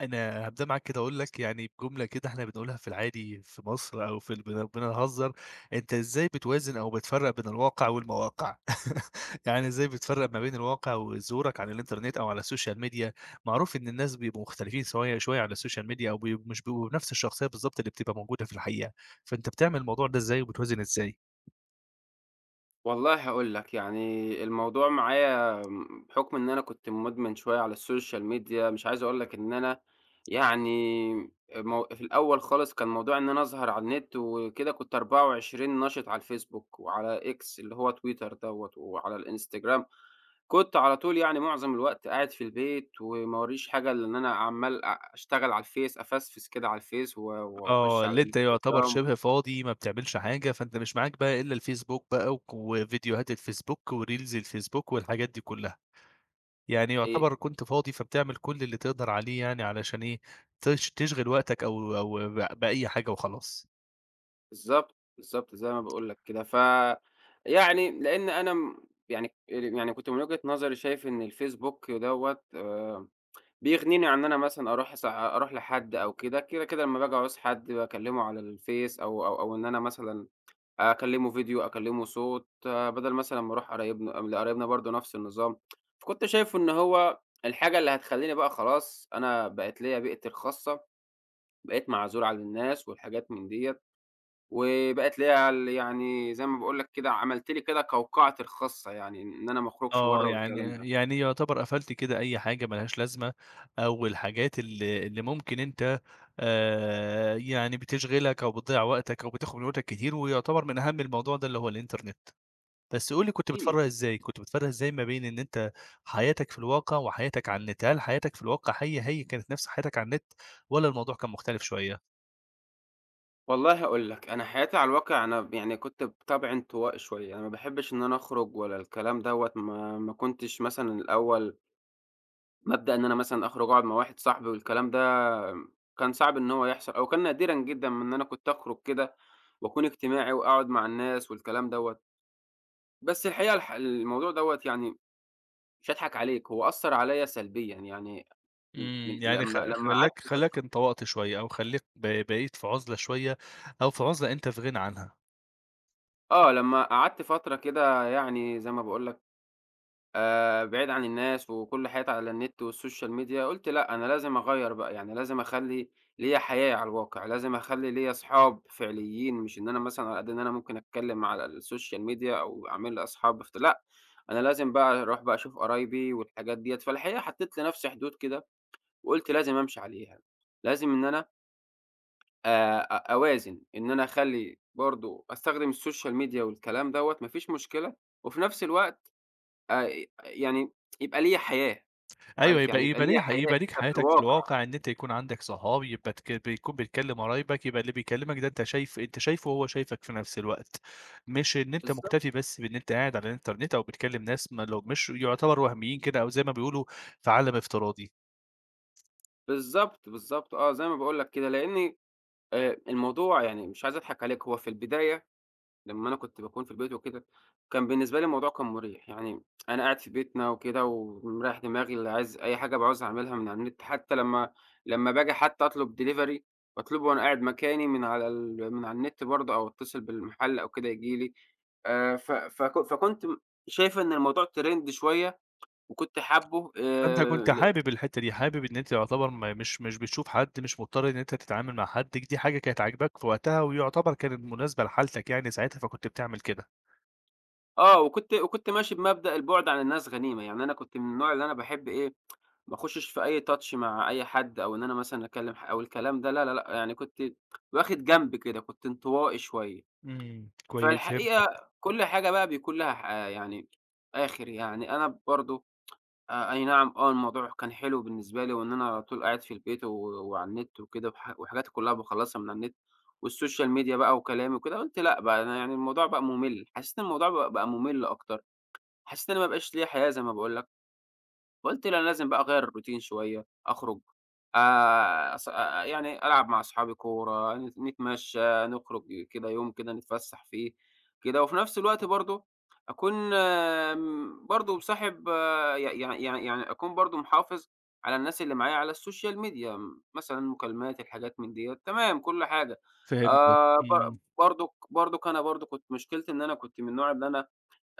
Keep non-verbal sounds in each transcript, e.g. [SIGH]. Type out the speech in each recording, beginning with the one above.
أنا هابدأ معاك كده أقول لك يعني بجملة كده إحنا بنقولها في العادي في مصر أو في ال بن بنهزر، أنت إزاي بتوازن أو بتفرّق بين الواقع والمواقع؟ [LAUGHS] يعني إزاي بتفرّق ما بين الواقع وظهورك على الإنترنت أو على السوشيال ميديا، معروف إن الناس بيبقوا مختلفين سوايا شوية على السوشيال ميديا أو مش بيبقوا بنفس الشخصية بالضبط اللي بتبقى موجودة في الحقيقة، فأنت بتعمل الموضوع ده إزاي وبتوازن إزاي؟ والله هاقول لك، يعني الموضوع معايا بحُكم إن أنا كنت مُدمن شوية على السوشيال ميديا، مش عايز أقول لك إن أنا يعني مو في الأول خالص كان موضوع إن أنا أظهر على النت وكده كنت 24 نشِط على الفيسبوك وعلى X اللي هو تويتر دوّة وعلى الإنستجرام، كنت على طول يعني معظم الوقت قاعد في البيت وما وراييش حاجة إلا إن أنا عمّال أشتغل على الفيس، أفَسفِس كده على الفيس و آه، وأخُش على اللي أنت يعتبر الإنستجرام. شبه فاضي ما بتعملش حاجة، فأنت مش معاك بقى إلا الفيسبوك بقى وفيديوهات الفيسبوك وريلز الفيسبوك والحاجات دي كلها. يعني آآ يعتبر كنت فاضي، فبتعمل كل اللي تقدر عليه يعني علشان إيه، تشغِل وقتك أو بأي حاجة وخلاص. بالضبط، بالضبط، زي ما باقول لك كده. يعني لإن أنا م كنت من وجهة نظري شايف إن الFacebook دوّة بيغنيني عن إن أنا مثلًا أروح لحد أو كده، لمّا باجي أعوز حد باكلّمه على الفيس أو إن أنا مثلًا أكلّمه فيديو، أكلّمه صوت، آه، بدل مثلًا ما أروح لقرايبنا برضه نفس النظام. فكنت شايفه إن هو الحاجة اللي هتخلّيني بقى خلاص أنا بقت ليّا بيئتي الخاصة، بقيت معزول عن الناس والحاجات من ديّة. وبقت ليها ال يعني زي ما باقول لك كده، عملت لي كده قوقعتي الخاصة، يعني إن أنا ما أخرجش آه، برّه يعني والكلام ده. يعني يعتبر قفلت كده أي حاجة ما لهاش لازمة، أو الحاجات اللي ممكن أنت يعني بتشغِلك أو بتضيّع وقتك أو بتاخُد من وقتك كتير، ويعتبر من أهَم الموضوع ده اللي هو الإنترنت. بس قُل لي كنت أكيد. بتفرّق إزاي، كنت بتفرّق إزاي ما بين إن أنت حياتك في الواقع وحياتك على النت؟ هل حياتك في الواقع هي، هي كانت نَفْس حياتك على النت والّا الموضوع كان مختلف شوية؟ والله هاقول لك، أنا حياتي على الواقع أنا يعني كنت بطبعي انطوائي شوية، أنا ما باحبش إن أنا أخرج ولا الكلام دوّة، ما كنتش مثلًا الأول مبدأ إن أنا مثلًا أخرج أقعد مع واحد صاحبي والكلام ده كان صعب إن هو يحصل أو كان نادرًا جدًا من إن أنا كنت أخرج كده وأكون اجتماعي وأقعد مع الناس والكلام دوّة، بس الحقيقة الموضوع دوّة يعني مش هاضحك عليك، هو أثّر عليَّ سلبيًا، يعني م إمم، من يعني خ لمّا خلّاك قعدت فترة. خلّاك انطوائت شوية أو خلّيك بقيت في عُزلة شوية أو في عُزلة أنت في غنى عنها. آه، لمّا قعدت فترة كده يعني زي ما باقول لك، بعيد عن الناس وكل حياتي على النت والسوشيال ميديا، قُلت لأ، أنا لازم أغيّر بقى، يعني لازم أخلّي ليّا حياة على الواقع، لازم أخلّي ليّا أصحاب فعليين، مش إن أنا مثلًا على قد إن أنا ممكن أتكلم على السوشيال ميديا أو أعمل لي أصحاب فت لأ، أنا لازم بقى أروح بقى أشوف قرايبي والحاجات ديّة، فالحقيقة حطيت لنفسي حدود كده وقُلت لازم أمشي عليها، لازم إن أنا أ أوازن، إن أنا أخلّي برضه أستخدم السوشيال ميديا والكلام دوّة ما فيش مشكلة، وفي نفس الوقت آآ يعني يبقى ليّا حياة، أيوه، عارف يعني يبقى يبقى يبقى ليّا ليه حياة يبقى ليك كده في حياتك في الواقع. الواقع إن أنت يكون عندك صحاب، يبقى بيكون بتكلّم قرايبك، يبقى اللي بيكلّمك ده أنت شايفه وهو شايفك في نفس الوقت، مش إن أنت بالضبط، مُكتفي بس بإن أنت قاعد على الإنترنت أو بتكلّم ناس ما لو مش يُعتبر وهميين كده أو زي ما بيقولوا في عالم افتراضي. بالضبط، آه، زي ما باقول لك كده، لإن الموضوع يعني مش عايز أضحك عليك، هو في البداية لمّا أنا كنت باكون في البيت وكده، كان بالنسبة لي الموضوع كان مُريح، يعني أنا قاعد في بيتنا وكده ومريّح دماغي، اللي عايز أي حاجة بابقى عاوز أعملها من على النت، حتى لمّا باجي حتى أطلب delivery، باطلبه وأنا قاعد مكاني من على النت برضه أو أتصل بالمحل أو كده ييجي لي. ف فك فكنت شايف إن الموضوع trend شوية وكنت حابّه فأنت كنت ل حابب الحتّة دي، حابب إن أنت يعتبر ما مش مش بتشوف حد، مش مضطر إن أنت تتعامل مع حد، دي حاجة كانت عاجباك في وقتها ويعتبر كانت مناسبة لحالتك يعني ساعتها، فكنت بتعمل كده. آه، وكنت ماشي بمبدأ البُعد عن الناس غنيمة، يعني أنا كنت من النوع اللي أنا باحب إيه ما اخشش في أي touch مع أي حد، أو إن أنا مثلًا أكلم ح أو الكلام ده لا، لا، لأ، يعني كنت واخد جنب كده، كنت انطوائي شوية. إمم، كويس فهمتك، فالحقيقة كل حاجة بقى بيكون لها آه، يعني آخر. يعني أنا برضه أي نعم، آه، الموضوع كان حلو بالنسبة لي، وإن أنا على طول قاعد في البيت و وعلى النت وكده، وحاجاتي كلها باخلصها من على النت، والسوشيال ميديا بقى وكلامي وكده، قُلت لأ بقى أنا يعني الموضوع بقى ممل، حسيت إن الموضوع بقى ممل أكتر، حسيت إن أنا ما بقاش ليّا حياة زي ما باقول لك. فقُلت لأ، أنا لازم بقى أغيّر الروتين شوية، أخرج أص يعني ألعب مع أصحابي كورة، نتمشّى، نخرج كده يوم كده نتفسّح فيه كده، وفي نفس الوقت برضه أكون برضه باصاحب ي يعني أكون برضه محافظ على الناس اللي معايا على الSocial Media، مثلًا مكالمات، الحاجات من ديّة، تمام كل حاجة. فهمتك، إمم. ب برضك برضك أنا برضه كنت مشكلتي إن أنا كنت من النوع اللي أنا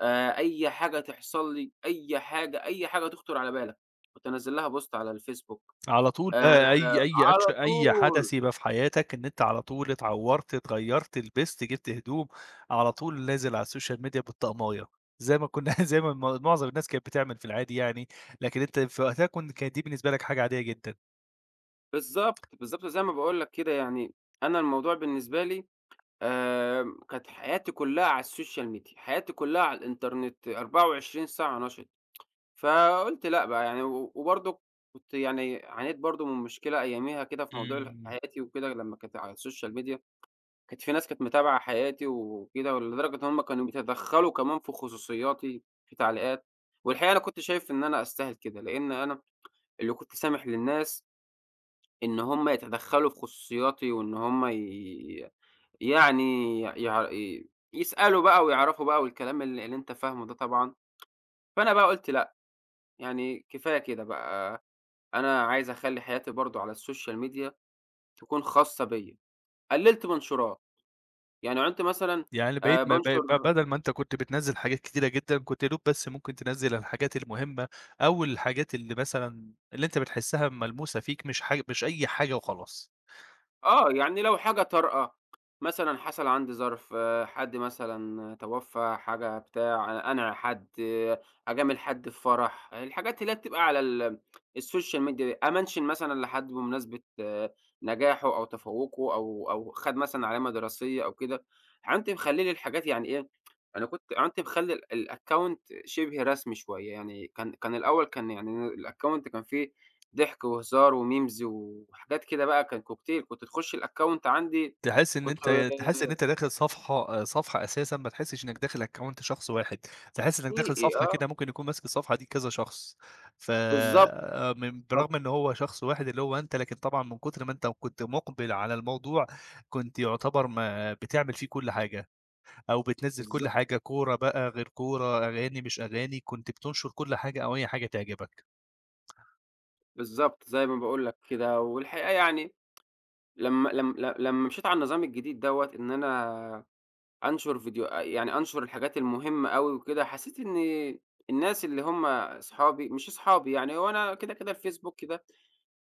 أي حاجة تحصل لي، أي حاجة، أي حاجة تخطر على بالك، كنت أنزّل لها post على الفيسبوك على طول آآ بقى أي على أي حدث طول. يبقى في حياتك إن أنت على طول اتعورت، اتغيّرت، لبست، جِبت هدوم، على طول نازل على السوشيال ميديا بالطقماية، زي ما كنا [LAUGHS] زي ما معظم الناس كانت بتعمل في العادي يعني، لكن أنت في وقتها كانت دي بالنسبة لك حاجة عادية جدًا. بالضبط، بالضبط زي ما باقول لك كده يعني أنا الموضوع بالنسبة لي كانت حياتي كلّها على السوشيال ميديا، حياتي كلّها على الإنترنت 24 ساعة نشِط، فقُلت لأ بقى يعني وبرضه كنت يعني عانيت برضه من مشكلة أياميها كده في موضوع إمم. حياتي وكده لمّا كانت على السوشيال ميديا. كانت في ناس كانت متابعة حياتي وكده، ولدرجة إن هُم كانوا بيتدخّلوا كمان في خصوصياتي، في تعليقات، والحقيقة أنا كنت شايف إن أنا أستاهل كده، لإن أنا اللي كنت سامح للناس إن هُم يتدخّلوا في خصوصياتي وإن هُم ي يعني يع ي يسألوا بقى ويعرفوا بقى والكلام اللي أنت فاهمه ده طبعًا، فأنا بقى قُلت لأ، يعني كفاية كده بقى، أنا عايز أخلّي حياتي برضه على السوشيال ميديا تكون خاصة بيّا، قلّلت منشورات، يعني عُنت مثلًا يعني بقيت ما ب ب بانشر بدل ما أنت كنت بتنزّل حاجات كتيرة جدًا، كنت يادوب بس ممكن تنزّل الحاجات المهمة أو الحاجات اللي مثلًا أنت بتحسّها ملموسة فيك مش أي حاجة وخلاص. آه، يعني لو حاجة طارئة، مثلًا حصل عندي ظرف، آه، حد مثلًا توفى، حاجة بتاع، أنا حد آه، أجامل حد في فرح، الحاجات اللي هي بتبقى على السوشيال ميديا دي، أمنشن مثلًا لحد بمناسبة آه، نجاحه أو تفوقه أو خد مثلًا علامة دراسية أو كده، عنت مخلّي لي الحاجات يعني إيه، أنا كنت عنت مخلّي الaccount شبه رسمي شوية، يعني كان الأول كان يعني الaccount كان فيه ضحك وهزار وmemes وحاجات كده بقى كان كوكتيل، كنت تخُش الaccount عندي تحس إن كنت أنت تحس إن أنت داخل صفحة أساسًا ما تحسّش إنّك داخل account شخص واحد، تحس إنّك داخل حقيقي صفحة آه. كده ممكن يكون ماسك الصفحة دي كذا شخص. ف بالضبط، من بالضبط، برغم إن هو شخص واحد اللي هو أنت، لكن طبعًا من كتر ما أنت كنت مُقبِل على الموضوع، كنت يعتبر ما بتعمل فيه كل حاجة. أو بتنزّل كل بالضبط، حاجة، كورة بقى، غير كورة، أغاني، مش أغاني، كنت بتنشر كل حاجة أو أي حاجة تعجبك. بالضبط، زي ما باقول لك كده، والحقيقة يعني لمّا لم ل لمّا مشيت على النظام الجديد دوّة إن أنا أنشُر فيديو يعني أنشُر الحاجات المهمة أوي وكده، حسيت إن الناس اللي هم أصحابي مش أصحابي يعني هو أنا كده، كده الفيسبوك ده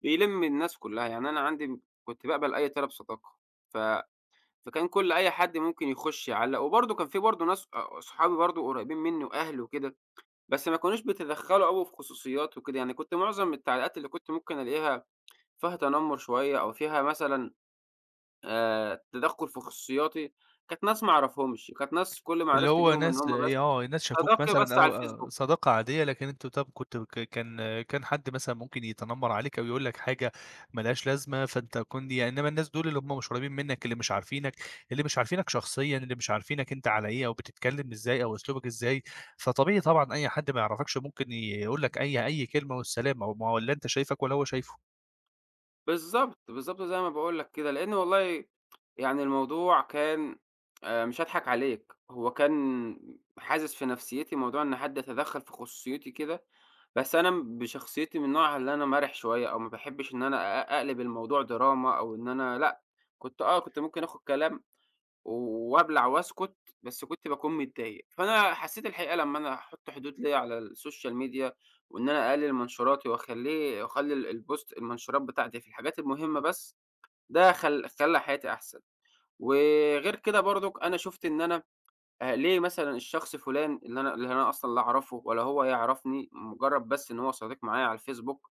بيلِم الناس كلّها، يعني أنا عندي كنت باقبل أي طلب صداقة، ف فكان كل أي حد ممكن يخش يعلّق، وبرضه كان في برضه ناس صحابي برضه قريبين منّي وأهلي وكده، بس ما كانوش بيتدخّلوا أوي في خصوصيات وكده، يعني كنت معظم التعليقات اللي كنت ممكن ألاقيها فيها تنمُّر شوية أو فيها مثلًا تدخُّل في خصوصياتي، كانت ناس ما أعرفهمش، كانت ناس كل ما اللي عرفت هو بيهم إن ناس هم ي بس آه، ناس شافوك صداقة مثلًا بس على أو الفيسبوك. صداقة عادية، لكن أنت طب كنت ك كان كان حد مثلًا ممكن يتنمّر عليك أو يقول لك حاجة ما لهاش لازمة، فأنت كنت يعني إنّما الناس دول اللي هم مش قريبين منّك، اللي مش عارفينك، اللي مش عارفينك شخصيًا، اللي مش عارفينك أنت على إيه أو بتتكلّم إزاي أو أسلوبك إزاي، فطبيعي طبعًا أي حد ما يعرفكش ممكن يقول لك أي كلمة والسلام، أو ما هو لا أنت شايفك ولا هو شايفه. بالضبط، بالضبط زي ما باقول لك كده، لإن والله يعني الموضوع كان مش هاضحك عليك، هو كان حازز في نفسيّتي موضوع إن حد يتدخّل في خصوصيّتي كده بس أنا بشخصيتي من النوع اللي أنا مَرِح شوية أو ما باحبش إن أنا أقلب الموضوع دراما أو إن أنا لأ، كنت آه، كنت ممكن آخُد كلام و- وأبلع وأسكُت، بس كنت باكون متضايق. فأنا حسّيت الحقيقة لمّا أنا أحُط حدود ليّا على الSocial media وإن أنا أقلِّل منشوراتي وأخلّيه وأخلّي ال الpost المنشورات بتاعتي في الحاجات المهمة بس، ده خلّى حياتي أحسن. وغير كده برضُك أنا شُفت إن أنا ليه مثلًا الشخص فلان اللي أنا أصلًا لا أعرفه ولا هو يعرفني، مجرّد بس إن هو صديق معايا على الفيسبوك،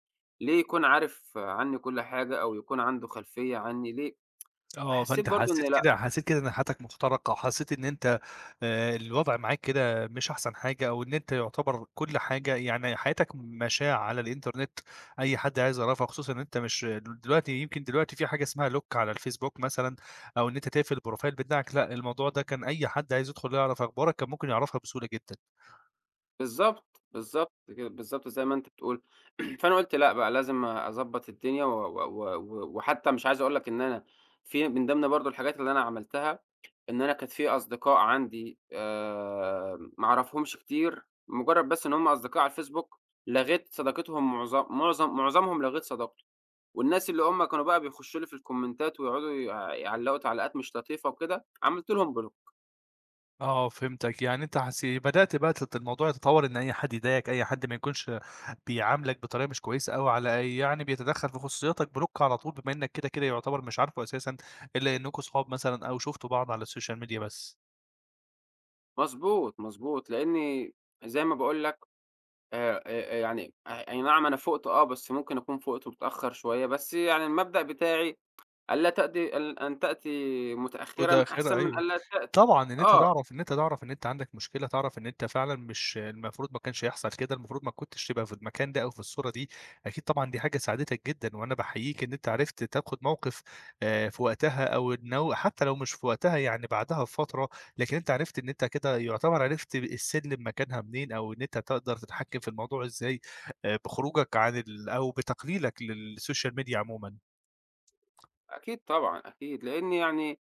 ليه يكون عارف عني كل حاجة أو يكون عنده خلفية عني ليه؟ آه، حسّيت فأنت برضه إن حسّيت لأ. كده حسّيت كده إن حياتك مخترقة، وحسّيت إن أنت الوضع معاك كده مش أحسن حاجة، أو إن أنت يعتبر كل حاجة يعني حياتك مشاع على الإنترنت، أي حد عايز يعرفها، خصوصًا إن أنت مش دلوقتي يمكن في حاجة اسمها lock على الفيسبوك مثلًا، أو إن أنت تقفل البروفايل بتاعك، لأ، الموضوع ده كان أي حد عايز يدخل يعرف أخبارك كان ممكن يعرفها بسهولة جدًا. بالضبط زي ما أنت بتقول. [CLEARS THROAT] فأنا قُلت لأ بقى لازم أضبّط الدنيا و و و و وحتى مش عايز أقول لك إن أنا في من ضمن برضه الحاجات اللي أنا عملتها إن أنا كانت في أصدقاء عندي ما أعرفهمش كتير، مجرّد بس إن هم أصدقاء على الفيسبوك، لغيت صداقتهم، معظمهم لغيت صداقته، والناس اللي هم كانوا بقى بيخشوا لي في الكومنتات ويقعدوا يعلّقوا تعليقات مش لطيفة وكده، عملت لهم بلوك. آه فهمتك، يعني أنت بدأت بقى الموضوع يتطور إن أي حد يضايقك، أي حد ما يكونش بيعاملك بطريقة مش كويسة أو على أي يعني بيتدخّل في خصوصياتك بلوك على طول، بما إنك كده، كده يعتبر مش عارفه أساسًا إلا إنكم صحاب مثلًا أو شفتوا بعض على السوشيال ميديا بس. مضبوط، مضبوط، لإني زي ما باقول لك يعني أي نعم أنا فُقت آه، بس ممكن أكون فُقت متأخّر شوية، بس يعني المبدأ بتاعي ألا تأتي أل أن تأتي وده متأخرًا خير أحسن من أيوه. ألا تأتي. طبعًا، إن أنت آه. تعرف إن أنت تعرف إن أنت عندك مشكلة، تعرف إن أنت فعلًا مش المفروض ما كانش يحصل كده، المفروض ما كنتش تبقى في المكان ده أو في الصورة دي، أكيد طبعًا دي حاجة ساعدتك جدًا، وأنا باحييك إن أنت عرفت تاخد موقف في وقتها أو إن هو حتى لو مش في وقتها يعني بعدها بفترة، لكن أنت عرفت إن أنت كده يعتبر عرفت السلم مكانها منين، أو إن أنت تقدر تتحكم في الموضوع إزاي بخروجك عن ال أو بتقليلك للسوشيال ميديا عمومًا. أكيد طبعًا، أكيد، لإن يعني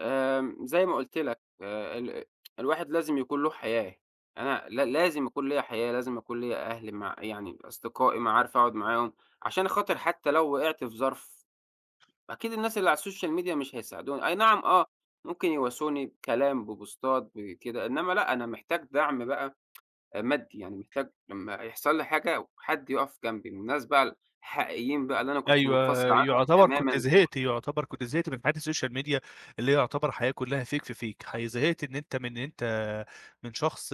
زي ما قُلت لك، ال الواحد لازم يكون له حياة، أنا لا لازم يكون ليّا حياة، لازم يكون ليّا أهل مع يعني أصدقائي معارف أقعد معاهم، عشان خاطر حتى لو وقعت في ظرف، أكيد الناس اللي على السوشيال ميديا مش هيساعدوني، أي نعم آه، ممكن يواسوني بكلام، ببوستات، بكده، إنما لأ، أنا محتاج دعم بقى مادي، يعني محتاج لمّا يحصل لي حاجة حد يقف جنبي، من الناس بقى الحقيقيين بقى اللي أنا كنت أيوه، منفصل عنهم يعتبر كنت تمامًا دول. زهقت، يعتبر كنت زهقت من حياة السوشيال ميديا اللي هي يعتبر حياة كلّها fake في fake، زهقت إن أنت من شخص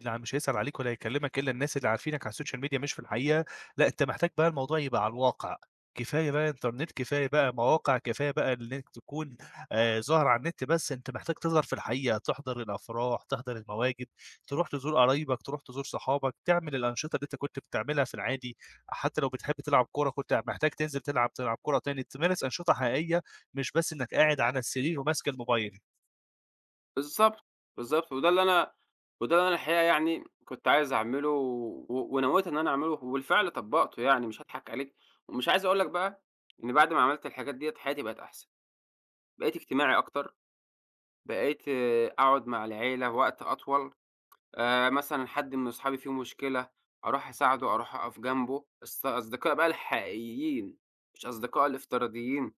لا مش هيسأل عليك ولا هيكلمك إلا الناس اللي عارفينك على السوشيال ميديا مش في الحقيقة، لأ أنت محتاج بقى الموضوع يبقى على الواقع، كفاية بقى إنترنت، كفاية بقى مواقع، كفاية بقى إنك تكون ظاهر على النت بس، أنت محتاج تظهر في الحقيقة، تحضر الأفراح، تحضر المواجد، تروح تزور قرايبك، تروح تزور صحابك، تعمل الأنشطة اللي أنت كنت بتعملها في العادي. حتى لو بتحب تلعب كورة كنت محتاج تنزل تلعب كورة تاني، تمارس أنشطة حقيقية مش بس إنك قاعد على السرير وماسك الموبايل. بالضبط، بالضبط، وده اللي أنا الحقيقة يعني كنت عايز أعمله، ونوّيت إن أنا أعمله، وبالفعل طبّقته يعني مش هاضحك عليك، ومش عايز أقول لك بقى إن بعد ما عملت الحاجات ديّة حياتي بقت أحسن، بقيت اجتماعي أكتر، بقيت آه، أقعد مع العيلة وقت أطول، مثلًا حد من أصحابي فيه مشكلة أروح أساعده، أروح أقف جنبه، أصدقاء بقى الحقيقيين مش أصدقاء الافتراضيين،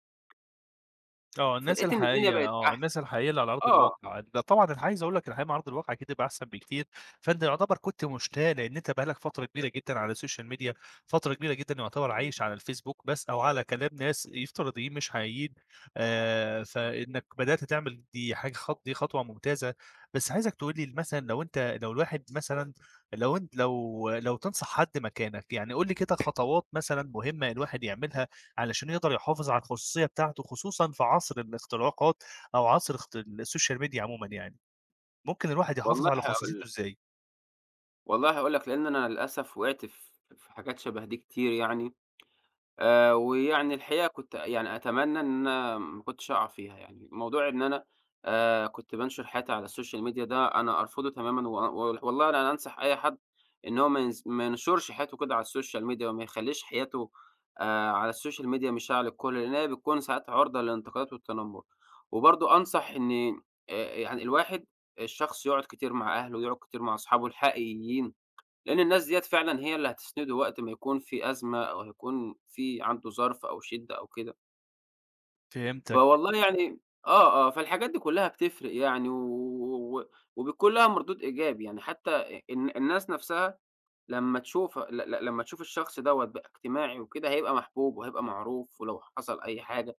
آه، فلقيت إن الدنيا بقت أحسن، الناس الحقيقية اللي على أرض آه. الواقع، ده طبعًا أنا عايز أقول لك الحقيقة مع أرض الواقع أكيد بيبقى أحسن بكتير، فأنت يعتبر كنت مشتاق لإن أنت بقى لك فترة كبيرة جدًا على السوشيال ميديا، فترة كبيرة جدًا يعتبر عايش على الفيسبوك بس أو على كلام ناس افتراضيين مش حقيقيين، فإنك بدأت تعمل دي حاجة خط دي خطوة ممتازة، بس عايزك تقول لي مثلًا لو أنت لو الواحد مثلًا لو أنت لو لو تنصح حد مكانك، يعني قُل لي كده خطوات مثلًا مهمة الواحد يعملها علشان يقدر يحافظ على الخصوصية بتاعته، خصوصًا في عصر الاختراقات أو عصر السوشيال ميديا عمومًا يعني، ممكن الواحد يحافظ والله على هاقول خصوصيته لك. إزاي؟ والله هاقول لك لإن أنا للأسف وقعت في حاجات شبه دي كتير يعني، ويعني الحقيقة كنت يعني أتمنى إن أنا ما كنتش أقع فيها يعني، موضوع إن أنا كنت بانشر حياتي على السوشيال ميديا ده أنا أرفضه تمامًا، و و والله أنا أنصح أي حد إن هو ما ينشرش حياته كده على السوشيال ميديا، وما يخلّيش حياته على السوشيال ميديا مشاع للكل، لإن هي بتكون ساعات عرضة للانتقادات والتنمر، وبرضه أنصح إن يعني الواحد الشخص يقعد كتير مع أهله، يقعد كتير مع أصحابه الحقيقيين. لأن الناس ديّة فعلًا هي اللي هتسنده وقت ما يكون في أزمة أو هيكون في عنده ظرف أو شِدّة أو كده. فهمت. فوالله يعني آه، آه، فالحاجات دي كلّها بتفرق يعني و... وبيكون لها مردود إيجابي، يعني حتى أ الن الناس نَفْسها لمّا تشوف الشخص دوّة بقى اجتماعي وكده هيبقى محبوب وهيبقى معروف، ولو حصل أي حاجة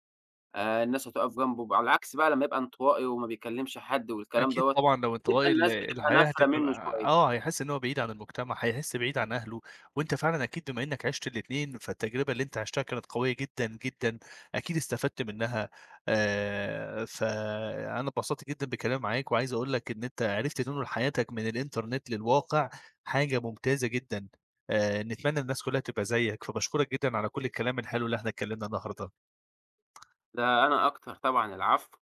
الناس هتُقف جنبه، على العكس بقى لمّا يبقى انطوائي وما بيكلّمش حد والكلام أكيد دوّة، طبعًا لو انطوائي الناس بتبقى الحياة نافرة هتبقى منّه بقى شوية. آه، هيحس إن هو بعيد عن المجتمع، هيحس بعيد عن أهله، وأنت فعلًا أكيد بما إنك عِشت الاتنين، فالتجربة اللي أنت عِشتها كانت قوية جدًا، جدًا، أكيد استفدت منها. فأنا اتبسطت جدًا بكلامي معاك، وعايز أقول لك إن أنت عرفت تنقل حياتك من الإنترنت للواقع، حاجة ممتازة جدًا. نتمنى الناس كلها تبقى زيك، فباشكرك جدًا على كل الكلام الحلو اللي إحنا اتكلمنا النهارده. ده أنا أكتر طبعًا، العفو.